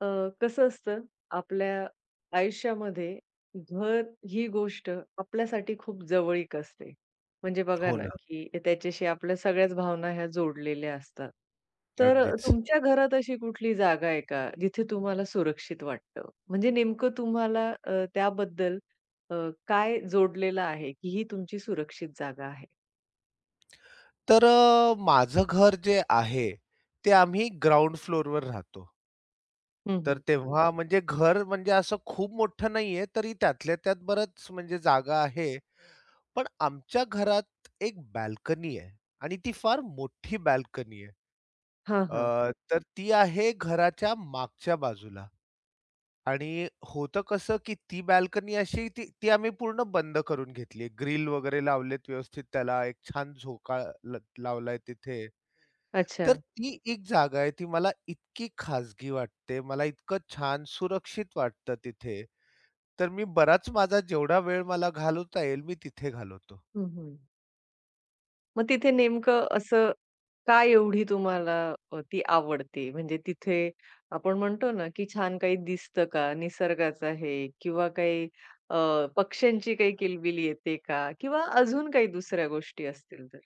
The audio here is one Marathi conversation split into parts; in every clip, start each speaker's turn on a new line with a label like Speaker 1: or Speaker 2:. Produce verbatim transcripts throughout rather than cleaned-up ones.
Speaker 1: अ, कसं असतं आपल्या आयुष्यामध्ये घर ही गोष्ट आपल्यासाठी खूप जवळीक असते. म्हणजे बघा
Speaker 2: हो
Speaker 1: ना,
Speaker 2: ना,
Speaker 1: की त्याच्याशी आपल्या सगळ्याच भावना ह्या जोडलेल्या असतात. तर
Speaker 2: अगदीच.
Speaker 1: तुमच्या घरात अशी कुठली जागा आहे का, जिथे तुम्हाला सुरक्षित वाटतं? म्हणजे नेमकं तुम्हाला अ, त्याबद्दल अ, काय जोडलेलं आहे, की ही तुमची सुरक्षित जागा आहे?
Speaker 2: तर अ, माझं घर जे आहे, ते आम्ही ग्राउंड फ्लोरवर राहतो.
Speaker 1: हं,
Speaker 2: तर
Speaker 1: हं.
Speaker 2: तेव्हा म्हणजे घर म्हणजे असं खूप मोठं नाहीये, तरी त्यातल्या त्यात बरंच म्हणजे जागा आहे. पण आमच्या घरात एक बाल्कनी आहे आणि ती फार मोठी बाल्कनी आहे.
Speaker 1: हां, हां.
Speaker 2: अ, तर ती आहे घराच्या मागच्या बाजूला. आणि होतं कसं, की ती बाल्कनी अशी ती ती आम्ही पूर्ण बंद करून घेतली. ग्रिल वगैरे लावलेत व्यवस्थित त्याला, एक छान झोका ल लावलाय तिथे.
Speaker 1: अच्छा.
Speaker 2: तर ती एक जागा आहे, ती मला इतकी खाजगी वाटते, मला इतकं छान सुरक्षित वाटतं तिथे. तर मी बराच माझा जेवढा वेळ मला घालवता येईल, मी तिथे घालवतो.
Speaker 1: हं, हं. मग तिथे नेमकं असं काय एवढी तुम्हाला अ, ती आवडते? म्हणजे तिथे आपण म्हणतो ना, की छान काही दिसतं का? निसर्गाचं आहे किंवा काही अ, पक्ष्यांची काही किलबिल येते का? किंवा अजून काही दुसऱ्या गोष्टी असतील तर?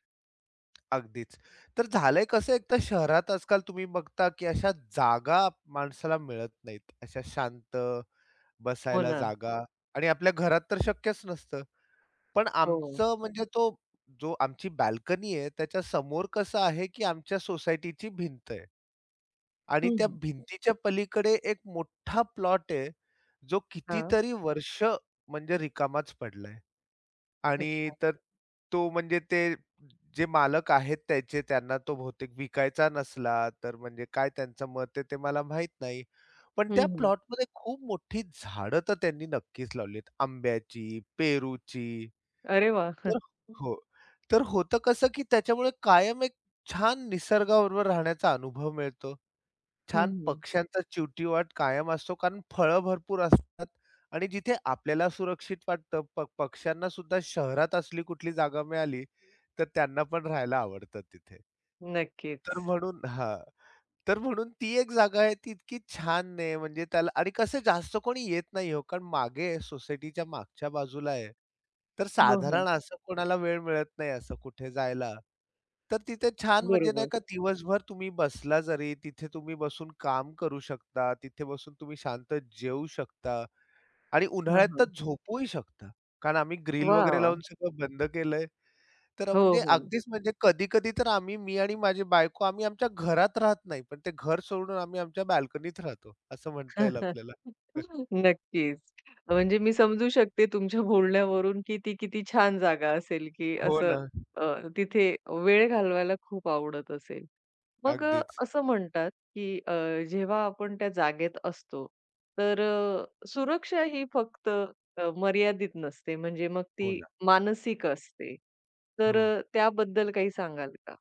Speaker 2: अगदीच. तर झालंय कसं, एक तर शहरात आजकाल तुम्ही बघता, की अशा जागा माणसाला मिळत नाहीत. अशा शांत
Speaker 1: हो
Speaker 2: बसायला
Speaker 1: ना.
Speaker 2: जागा आणि आपल्या घरात तर शक्यच नसतं. पण
Speaker 1: हो.
Speaker 2: आमचं म्हणजे तो जो आमची बाल्कनी आहे त्याच्या समोर कसं आहे, की आमच्या सोसायटीची भिंत आहे आणि
Speaker 1: हं,
Speaker 2: त्या
Speaker 1: हं.
Speaker 2: भिंतीच्या पलीकडे एक मोठा प्लॉट आहे, जो
Speaker 1: हां.
Speaker 2: कितीतरी वर्ष म्हणजे रिकामाच पडलाय आणि
Speaker 1: अच्छा.
Speaker 2: तर तो म्हणजे ते जे मालक आहेत त्याचे त्यांना तो बहुतेक विकायचा नसला, तर म्हणजे काय त्यांचं मत आहे ते मला माहीत नाही. पण
Speaker 1: हं,
Speaker 2: त्या
Speaker 1: हं.
Speaker 2: प्लॉटमध्ये खूप मोठी झाडं तर त्यांनी नक्कीच लावलीत. आंब्याची, पेरूची.
Speaker 1: अरे वाह!
Speaker 2: तर हो. तर होतं कसं, की त्याच्यामुळे कायम एक छान निसर्गाबरोबर राहण्याचा अनुभव मिळतो.
Speaker 1: हं,
Speaker 2: छान
Speaker 1: हं.
Speaker 2: पक्ष्यांचा चिवटीवाट कायम असतो, कारण फळं भरपूर असतात आणि जिथे आपल्याला सुरक्षित वाटतं, प पक्ष्यांना सुद्धा शहरात असली कुठली जागा मिळाली, तर त्यांना पण राहायला आवडतं तिथे. तर
Speaker 1: नक्कीच.
Speaker 2: म्हणून हां. तर म्हणून ती एक जागा आहे ती इतकी छान आहे म्हणजे त्याला आणि कसं जास्त कोणी येत नाही हो, कारण मागे सोसायटीच्या मागच्या बाजूला आहे. तर
Speaker 1: हो, हो.
Speaker 2: साधारण असं कोणाला वेळ मिळत नाही असं कुठे जायला. तर तिथे छान म्हणजे नाही
Speaker 1: बरोबर.
Speaker 2: का दिवसभर तुम्ही बसला जरी तिथे तुम्ही बसून काम करू शकता. तिथे बसून तुम्ही शांत जेवू शकता आणि
Speaker 1: हां,
Speaker 2: उन्हाळ्यात तर
Speaker 1: हां.
Speaker 2: झोपूही शकता. कारण आम्ही
Speaker 1: वाह,
Speaker 2: ग्रिल वगैरे
Speaker 1: वाह!
Speaker 2: लावून सगळं बंद केलंय. तर
Speaker 1: हो,
Speaker 2: म्हणजे
Speaker 1: हो.
Speaker 2: अगदीच म्हणजे कधी-कधी तर आम्ही मी आणि माझी बायको आम्ही आमच्या घरात राहत नाही, पण ते घर सोडून आम्ही आमच्या बाल्कनीत राहतो, असं म्हणता येईल आपल्याला.
Speaker 1: नक्कीच. म्हणजे मी समजू शकते तुमच्या बोलण्यावरून की ती किती छान जागा असेल, की
Speaker 2: हो
Speaker 1: असं
Speaker 2: ना,
Speaker 1: अ, तिथे वेळ घालवायला खूप आवडत असेल. मग अ,
Speaker 2: अगदीच.
Speaker 1: असं म्हणतात की अ, जेव्हा आपण त्या जागेत असतो, तर अ, सुरक्षा ही फक्त अ, मर्यादित नसते, म्हणजे मग
Speaker 2: हो
Speaker 1: ती
Speaker 2: ना.
Speaker 1: मानसिक असते. तर
Speaker 2: हो.
Speaker 1: अ, त्याबद्दल काही सांगाल का?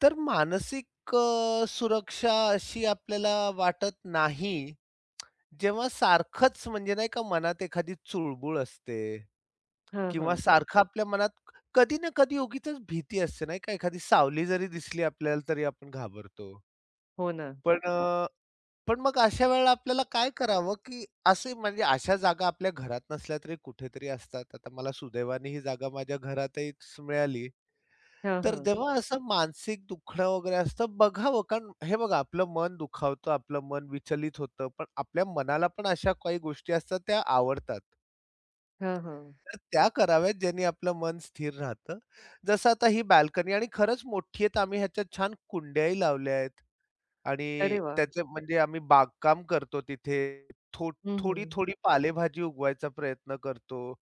Speaker 2: तर मानसिक अ, सुरक्षा अशी आपल्याला वाटत नाही, जेव्हा सारखंच म्हणजे नाही का मनात एखादी चुळबुळ असते
Speaker 1: हां,
Speaker 2: किंवा
Speaker 1: हां.
Speaker 2: सारखं आपल्या मनात क- कधी ना कधी उगीचच भीती असते नाही का, एखादी सावली जरी दिसली आपल्याला तरी आपण घाबरतो.
Speaker 1: हो ना.
Speaker 2: पण अ, पण मग अशा वेळेला आपल्याला काय करावं, की असे म्हणजे अशा जागा आपल्या घरात नसल्या तरी कुठेतरी असतात. आता मला सुदैवाने ही जागा माझ्या घरातच मिळाली.
Speaker 1: हां,
Speaker 2: तर
Speaker 1: हां.
Speaker 2: जेव्हा असं मानसिक दुखणं वगैरे असतं बघावं, कारण हे बघा आपलं मन दुखावतं, आपलं मन विचलित होतं. पण आपल्या मनाला पण अशा काही गोष्टी असतात त्या आवडतात.
Speaker 1: हां, हां.
Speaker 2: तर त्या कराव्यात ज्यांनी आपलं मन स्थिर राहतं. जसं आता ही बाल्कनी आणि खरंच मोठी आहे, आम्ही ह्याच्यात छान कुंड्याही लावल्या आहेत. आणि
Speaker 1: अरे वाह!
Speaker 2: त्याचं म्हणजे आम्ही बागकाम करतो तिथे. थो
Speaker 1: हं, हं.
Speaker 2: थोडी-थोडी पालेभाजी उगवायचा प्रयत्न करतो.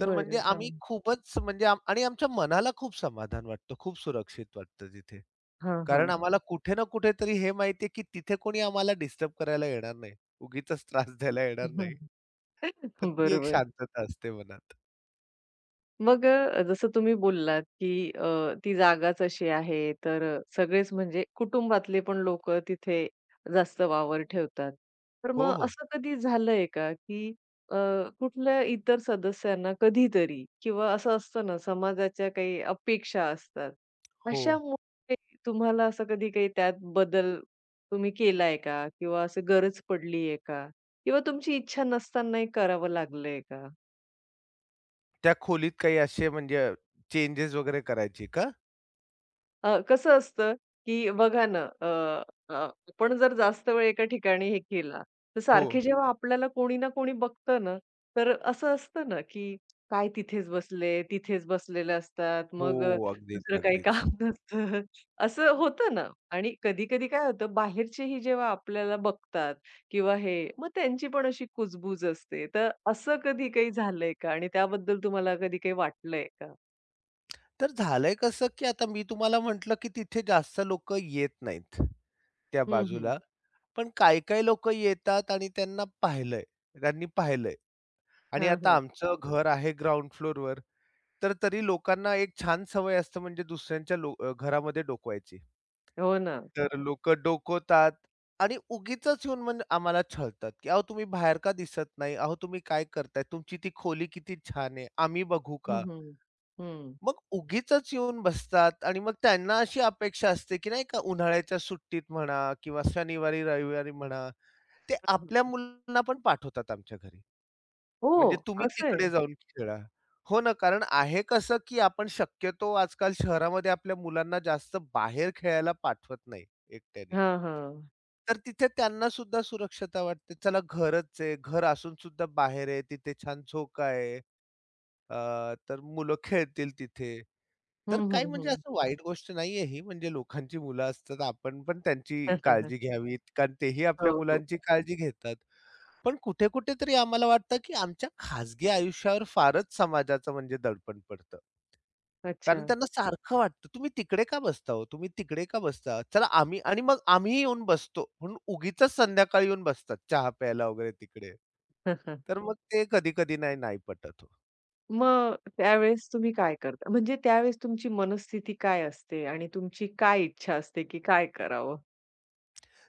Speaker 2: तर म्हणजे
Speaker 1: बरं.
Speaker 2: आम्ही खूपच म्हणजे आम आणि आमच्या मनाला खूप समाधान वाटतं, खूप सुरक्षित वाटतं तिथे.
Speaker 1: हां,
Speaker 2: कारण
Speaker 1: हां.
Speaker 2: आम्हाला कुठे ना कुठेतरी हे माहिती की तिथे कोणी आम्हाला डिस्टर्ब करायला येणार नाही. उगीचच त्रास द्यायला येणार नाही. तर ती एक
Speaker 1: बरोबर.
Speaker 2: शांतता असते मनात.
Speaker 1: मग अ, जसं तुम्ही बोललात, की अ, ती जागाच अशी आहे, तर अ, सगळेच म्हणजे कुटुंबातले पण लोक तिथे जास्त वावर ठेवतात. तर
Speaker 2: हो,
Speaker 1: मग
Speaker 2: हो.
Speaker 1: असं कधी झालंय का, की अ, कुठल्या इतर सदस्यांना कधीतरी किंवा असं असतं ना, समाजाच्या काही अपेक्षा असतात.
Speaker 2: हो.
Speaker 1: अशामुळे तुम्हाला असं कधी काही त्यात बदल तुम्ही केलाय का? किंवा असं गरज पडलीये का? किंवा तुमची इच्छा नसतानाही करावं लागलंय का?
Speaker 2: त्या खोलीत काही असे म्हणजे चेंजेस वगैरे करायची का?
Speaker 1: अ, कसं असतं, की बघा ना, अ, अ, आपण जर जास्त वेळ एका ठिकाणी हे केला, तर
Speaker 2: हो.
Speaker 1: सारखे जेव्हा आपल्याला कोणी ना कोणी बघतं ना, तर असं असतं ना, की काय तिथेच बसले, तिथेच बसलेले असतात. मग अ,
Speaker 2: हो. अगदीच,
Speaker 1: दुसरं काही काम
Speaker 2: अगदीच.
Speaker 1: नसतं. असं होतं ना आणि कधी-कधी काय होतं बाहेरचेही जेव्हा आपल्याला बघतात किंवा हे, मग त्यांची पण अशी कुजबूज असते. तर असं कधी काही झालंय का आणि त्याबद्दल तुम्हाला कधी काही वाटलंय का?
Speaker 2: तर झालंय कसं, की आता मी तुम्हाला म्हटलं, की तिथे जास्त लोक येत नाहीत त्या
Speaker 1: हं, हं.
Speaker 2: बाजूला. पण काही-काही लोक येतात आणि त्यांना पाहिलंय, त्यांनी पाहिलंय. आणि
Speaker 1: हां,
Speaker 2: आता
Speaker 1: हां.
Speaker 2: आमचं घर आहे ग्राउंड फ्लोरवर, तर तरी लोकांना एक छान सवय असते म्हणजे दुसऱ्यांच्या लो अ, घरामध्ये डोकवायची.
Speaker 1: हो ना.
Speaker 2: तर लोकं डोकवतात आणि उगीचच येऊन म्हणजे आम्हाला छळतात, की "अहो तुम्ही बाहेर का दिसत नाही? अहो तुम्ही काय करताय? तुमची ती खोली किती छान आहे. आम्ही बघू
Speaker 1: हं,
Speaker 2: का?"
Speaker 1: हं. हं.
Speaker 2: मग उगीचच येऊन बसतात आणि मग त्यांना अशी अपेक्षा असते, की नाही का उन्हाळ्याच्या सुट्टीत म्हणा किंवा शनिवारी, रविवारी म्हणा, ते
Speaker 1: हां,
Speaker 2: आपल्या
Speaker 1: हां.
Speaker 2: मुलांना पण पाठवतात आमच्या घरी. म्हणजे
Speaker 1: ओह!
Speaker 2: तुम्ही
Speaker 1: असं आहे.
Speaker 2: तिकडे जाऊन खेळा. हो ना, कारण आहे कसं, की आपण शक्यतो आजकाल शहरामध्ये आपल्या मुलांना जास्त बाहेर खेळायला पाठवत नाही एकट्याने.
Speaker 1: हां, हां.
Speaker 2: तर तिथे त्यांना सुद्धा सुरक्षता वाटते. चला घरच आहे. घर असून सुद्धा बाहेर आहे. तिथे छान झोका आहे. अ, तर मुलं खेळतील तिथे.
Speaker 1: हं,
Speaker 2: तर काही
Speaker 1: हं,
Speaker 2: म्हणजे
Speaker 1: हं.
Speaker 2: असं वाईट गोष्ट नाहीये ही. म्हणजे लोकांची मुलं असतात. आपण पण त्यांची काळजी घ्यावी कारण तेही आपल्या
Speaker 1: हो, हो.
Speaker 2: मुलांची काळजी घेतात. पण कुठे-कुठे तरी आम्हाला वाटतं, की आमच्या खाजगी आयुष्यावर फारच समाजाचं म्हणजे दडपण पडतं.
Speaker 1: अच्छा.
Speaker 2: कारण त्यांना सारखं वाटतं, "तुम्ही तिकडे का बसता हो? तुम्ही तिकडे का बसता? चला आम्ही" आणि मग आम्हीही येऊन बसतो. म्हणून उगीचच संध्याकाळी येऊन बसतात चहा प्यायला वगैरे तिकडे. तर मग ते कधी-कधी नाही, नाही पटत हो.
Speaker 1: मग त्यावेळेस तुम्ही काय करता? म्हणजे त्यावेळेस तुमची मनस्थिती काय असते आणि तुमची काय इच्छा असते, की काय करावं?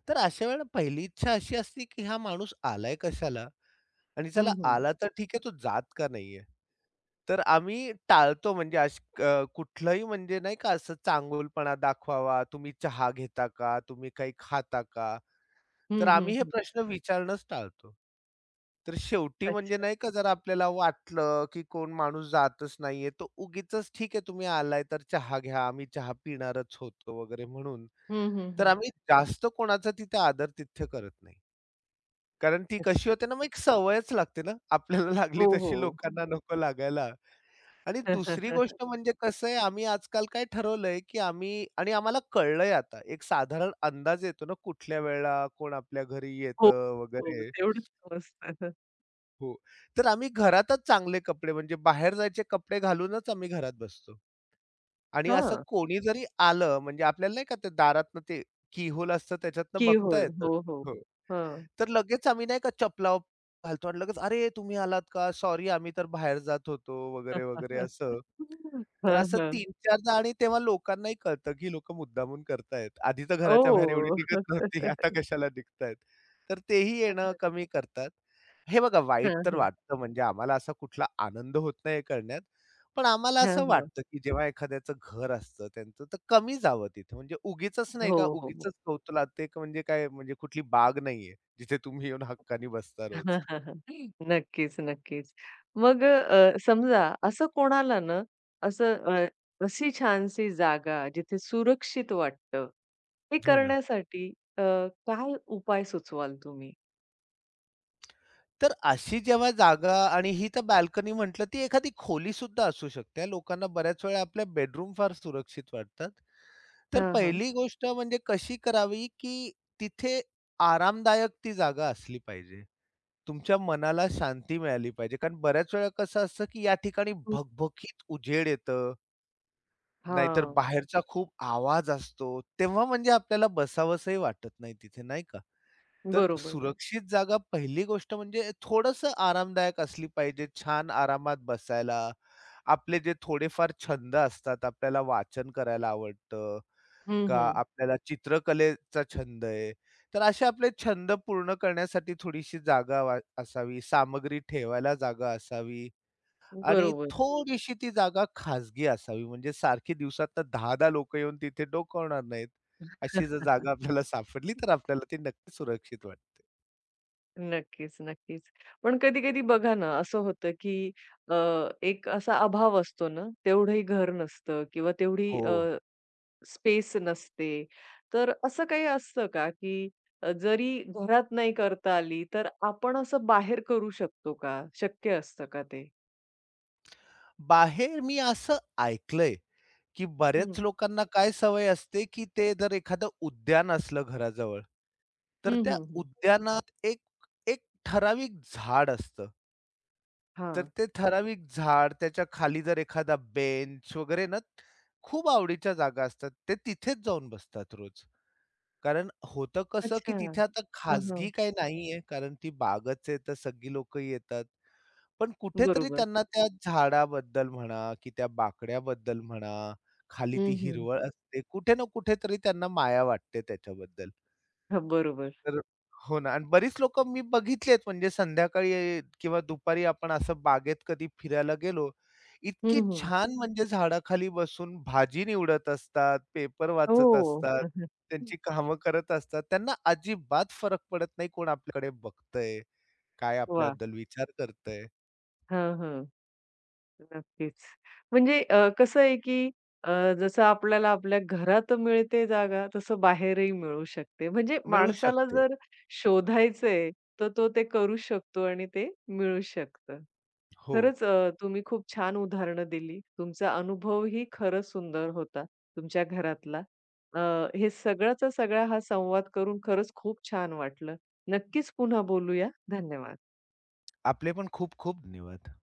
Speaker 2: तर अशा वेळेला पहिली इच्छा अशी असते, की हा माणूस आलाय कशाला? आणि चला
Speaker 1: हं, हं.
Speaker 2: आला तर ठीक आहे, तो जात का नाहीये? तर आम्ही टाळतो म्हणजे अश अ, कुठलंही म्हणजे नाही का असं चांगुलपणा दाखवावा, तुम्ही चहा घेता का? तुम्ही काही खाता का? तर
Speaker 1: हं, हं,
Speaker 2: आम्ही हे
Speaker 1: हं.
Speaker 2: प्रश्न विचारणंच टाळतो. तर शेवटी म्हणजे
Speaker 1: अच्छा.
Speaker 2: नाही का जर आपल्याला वाटलं, की कोण माणूस जातच नाहीये, तर उगीचच ठीक आहे तुम्ही आलाय तर चहा घ्या, आम्ही चहा पिणारच होतो वगैरे म्हणून.
Speaker 1: हं, हं,
Speaker 2: तर
Speaker 1: हं.
Speaker 2: आम्ही जास्त कोणाचा तिथे आदर-तिथ्य करत नाही. कारण ती कशी
Speaker 1: अच्छा.
Speaker 2: होते ना, मग एक सवयच लागते ना. आपल्याला लागली
Speaker 1: हो,
Speaker 2: तशी
Speaker 1: हो.
Speaker 2: लोकांना नको लागायला. आणि दुसरी गोष्ट म्हणजे कसं आहे, आम्ही आजकाल काय ठरवलंय, की आम्ही आणि आम्हाला कळलंय आता, एक साधारण अंदाज येतो ना, कुठल्या वेळेला कोण आपल्या घरी
Speaker 1: हो,
Speaker 2: येतं
Speaker 1: हो.
Speaker 2: वगैरे.
Speaker 1: तेवढंच समजतं.
Speaker 2: हो. तर आम्ही घरातच चांगले कपडे म्हणजे बाहेर जायचे कपडे घालूनच आम्ही घरात बसतो. आणि असं
Speaker 1: हां.
Speaker 2: कोणी जरी आलं म्हणजे आपल्याला नाही का ते दारातनं ते की होल असतं त्याच्यातनं
Speaker 1: की
Speaker 2: बघता
Speaker 1: होल.
Speaker 2: येतं.
Speaker 1: हो, हो.
Speaker 2: हो.
Speaker 1: हां.
Speaker 2: तर लगेच आम्ही नाही का चपला घालतो आणि लगेच, "अरे तुम्ही आलात का? सॉरी आम्ही तर बाहेर जात होतो." वगैरे, वगैरे असं. तर
Speaker 1: हां,
Speaker 2: असं
Speaker 1: हां.
Speaker 2: तीन चारदा आणि तेव्हा लोकांनाही कळतं, की लोकं मुद्दामून करतायत. आधी तर घराच्या बाहेर एवढी निघत
Speaker 1: ओह!
Speaker 2: नव्हती, आता कशाला निघतायत. तर तेही येणं कमी करतात. हे बघा वाईट
Speaker 1: हां,
Speaker 2: तर
Speaker 1: हां.
Speaker 2: वाटतं, म्हणजे आम्हाला असा कुठला आनंद होत नाही हे करण्यात. पण आम्हाला
Speaker 1: हां,
Speaker 2: असं
Speaker 1: हां.
Speaker 2: वाटतं, की जेव्हा एखाद्याचं घर असतं त्यांचं, तर कमी जावं तिथे. म्हणजे उगीचच नाही का,
Speaker 1: हो, हो, हो.
Speaker 2: उगीचच कौतुला ते क- म्हणजे काय म्हणजे कुठली बाग नाहीये, जिथे तुम्ही येऊन हक्कानी बसता रोज.
Speaker 1: नक्कीच, नक्कीच. मग अ, समजा असं कोणाला ना, असं अ, अशी छानशी जागा जिथे सुरक्षित वाटतं, हे
Speaker 2: हो ना.
Speaker 1: करण्यासाठी अ, काय उपाय सुचवाल तुम्ही?
Speaker 2: तर अशी जेव्हा जागा आणि ही तर बाल्कनी म्हटलं, ती एखादी खोली सुद्धा असू शकते. लोकांना बऱ्याच वेळा आपल्या बेडरूम फार सुरक्षित वाटतात. तर
Speaker 1: हां, हां.
Speaker 2: पहिली गोष्ट म्हणजे कशी करावी, की तिथे आरामदायक ती जागा असली पाहिजे. तुमच्या मनाला शांती मिळाली पाहिजे. कारण बऱ्याच वेळा कसं असतं, की या ठिकाणी भगभकीत उजेड येतं, नाहीतर
Speaker 1: हां,
Speaker 2: बाहेरचा खूप आवाज असतो. तेव्हा म्हणजे आपल्याला बसावसंही वाटत नाही तिथे, नाही का? तर
Speaker 1: बरोबर.
Speaker 2: सुरक्षित जागा पहिली गोष्ट म्हणजे थोडंसं आरामदायक असली पाहिजे. छान आरामात बसायला. आपले जे थोडेफार छंद असतात, आपल्याला वाचन करायला आवडतं
Speaker 1: हं,
Speaker 2: का
Speaker 1: हं.
Speaker 2: आपल्याला चित्रकलेचा छंद आहे. तर असे आपले छंद पूर्ण करण्यासाठी थोडीशी जागा वा असावी, सामग्री ठेवायला जागा असावी आणि
Speaker 1: बरोबर.
Speaker 2: थोडीशी ती जागा खाजगी असावी. म्हणजे सारखी दिवसातनं दहा दहा लोकं येऊन तिथे डोकावणार नाहीत. अशी जर जागा आपल्याला सापडली, तर आपल्याला ती नक्की सुरक्षित वाटते.
Speaker 1: नक्कीच, नक्कीच. पण कधी-कधी बघा ना, असं होतं की अ, एक असा अभाव असतो ना, तेवढंही घर नसतं किंवा तेवढी
Speaker 2: हो.
Speaker 1: स्पेस नसते. तर असं काही असतं का, की अ, जरी घरात नाही करता आली, तर आपण असं बाहेर करू शकतो का? शक्य असतं का ते?
Speaker 2: बाहेर मी असं ऐकलंय, की बऱ्याच
Speaker 1: हं.
Speaker 2: लोकांना काय सवय असते, की ते जर एखादं उद्यान असलं घराजवळ, तर
Speaker 1: हं,
Speaker 2: त्या
Speaker 1: हं, हं.
Speaker 2: उद्यानात एक एक ठराविक झाड असतं. तर
Speaker 1: हां.
Speaker 2: ते ठराविक झाड, त्याच्या खाली जर एखादा बेंच वगैरे ना, खूप आवडीच्या जागा असतात. ते तिथेच जाऊन बसतात रोज. कारण होतं कसं, की
Speaker 1: अच्छा.
Speaker 2: तिथे आता
Speaker 1: हां, हां.
Speaker 2: खाजगी काही नाहीये, कारण ती बागच आहे, तर सगळी लोकं येतात. पण कुठेतरी
Speaker 1: बरोबर.
Speaker 2: त्यांना त्या झाडाबद्दल म्हणा, की त्या बाकड्याबद्दल म्हणा, खाली ती
Speaker 1: हं, हं.
Speaker 2: हिरवळ असते, कुठे ना कुठेतरी त्यांना माया वाटते त्याच्याबद्दल.
Speaker 1: हां, बरोबर.
Speaker 2: तर हो ना आणि बरीच लोकं मी बघितलेत म्हणजे संध्याकाळी अ, किंवा दुपारी आपण असं बागेत कधी फिरायला गेलो, इतकी
Speaker 1: हं, हं.
Speaker 2: छान म्हणजे झाडाखाली बसून भाजी निवडत असतात, पेपर वाचत
Speaker 1: हो.
Speaker 2: असतात, त्यांची कामं करत असतात. त्यांना अजिबात फरक पडत नाही कोण आपल्याकडे बघतंय, काय
Speaker 1: वाह!
Speaker 2: आपल्याबद्दल विचार करतंय.
Speaker 1: हां, हां. नक्कीच. म्हणजे अ, कसं आहे, की अ, जसं आपल्याला आपल्या घरात मिळते जागा, तसं बाहेरही मिळू शकते. म्हणजे
Speaker 2: मिळू
Speaker 1: माणसाला
Speaker 2: शकते.
Speaker 1: जर शोधायचंय, तर तो ते करू शकतो आणि ते मिळू शकतं.
Speaker 2: हो.
Speaker 1: खरंच अ, तुम्ही खूप छान उदाहरणं दिली. तुमचा अनुभवही खरंच सुंदर होता, तुमच्या घरातला. अ, हे सगळ्याचा सगळा हा संवाद करून खरंच खूप छान वाटलं. नक्कीच पुन्हा बोलूया. धन्यवाद.
Speaker 2: आपले पण खूप खूप धन्यवाद.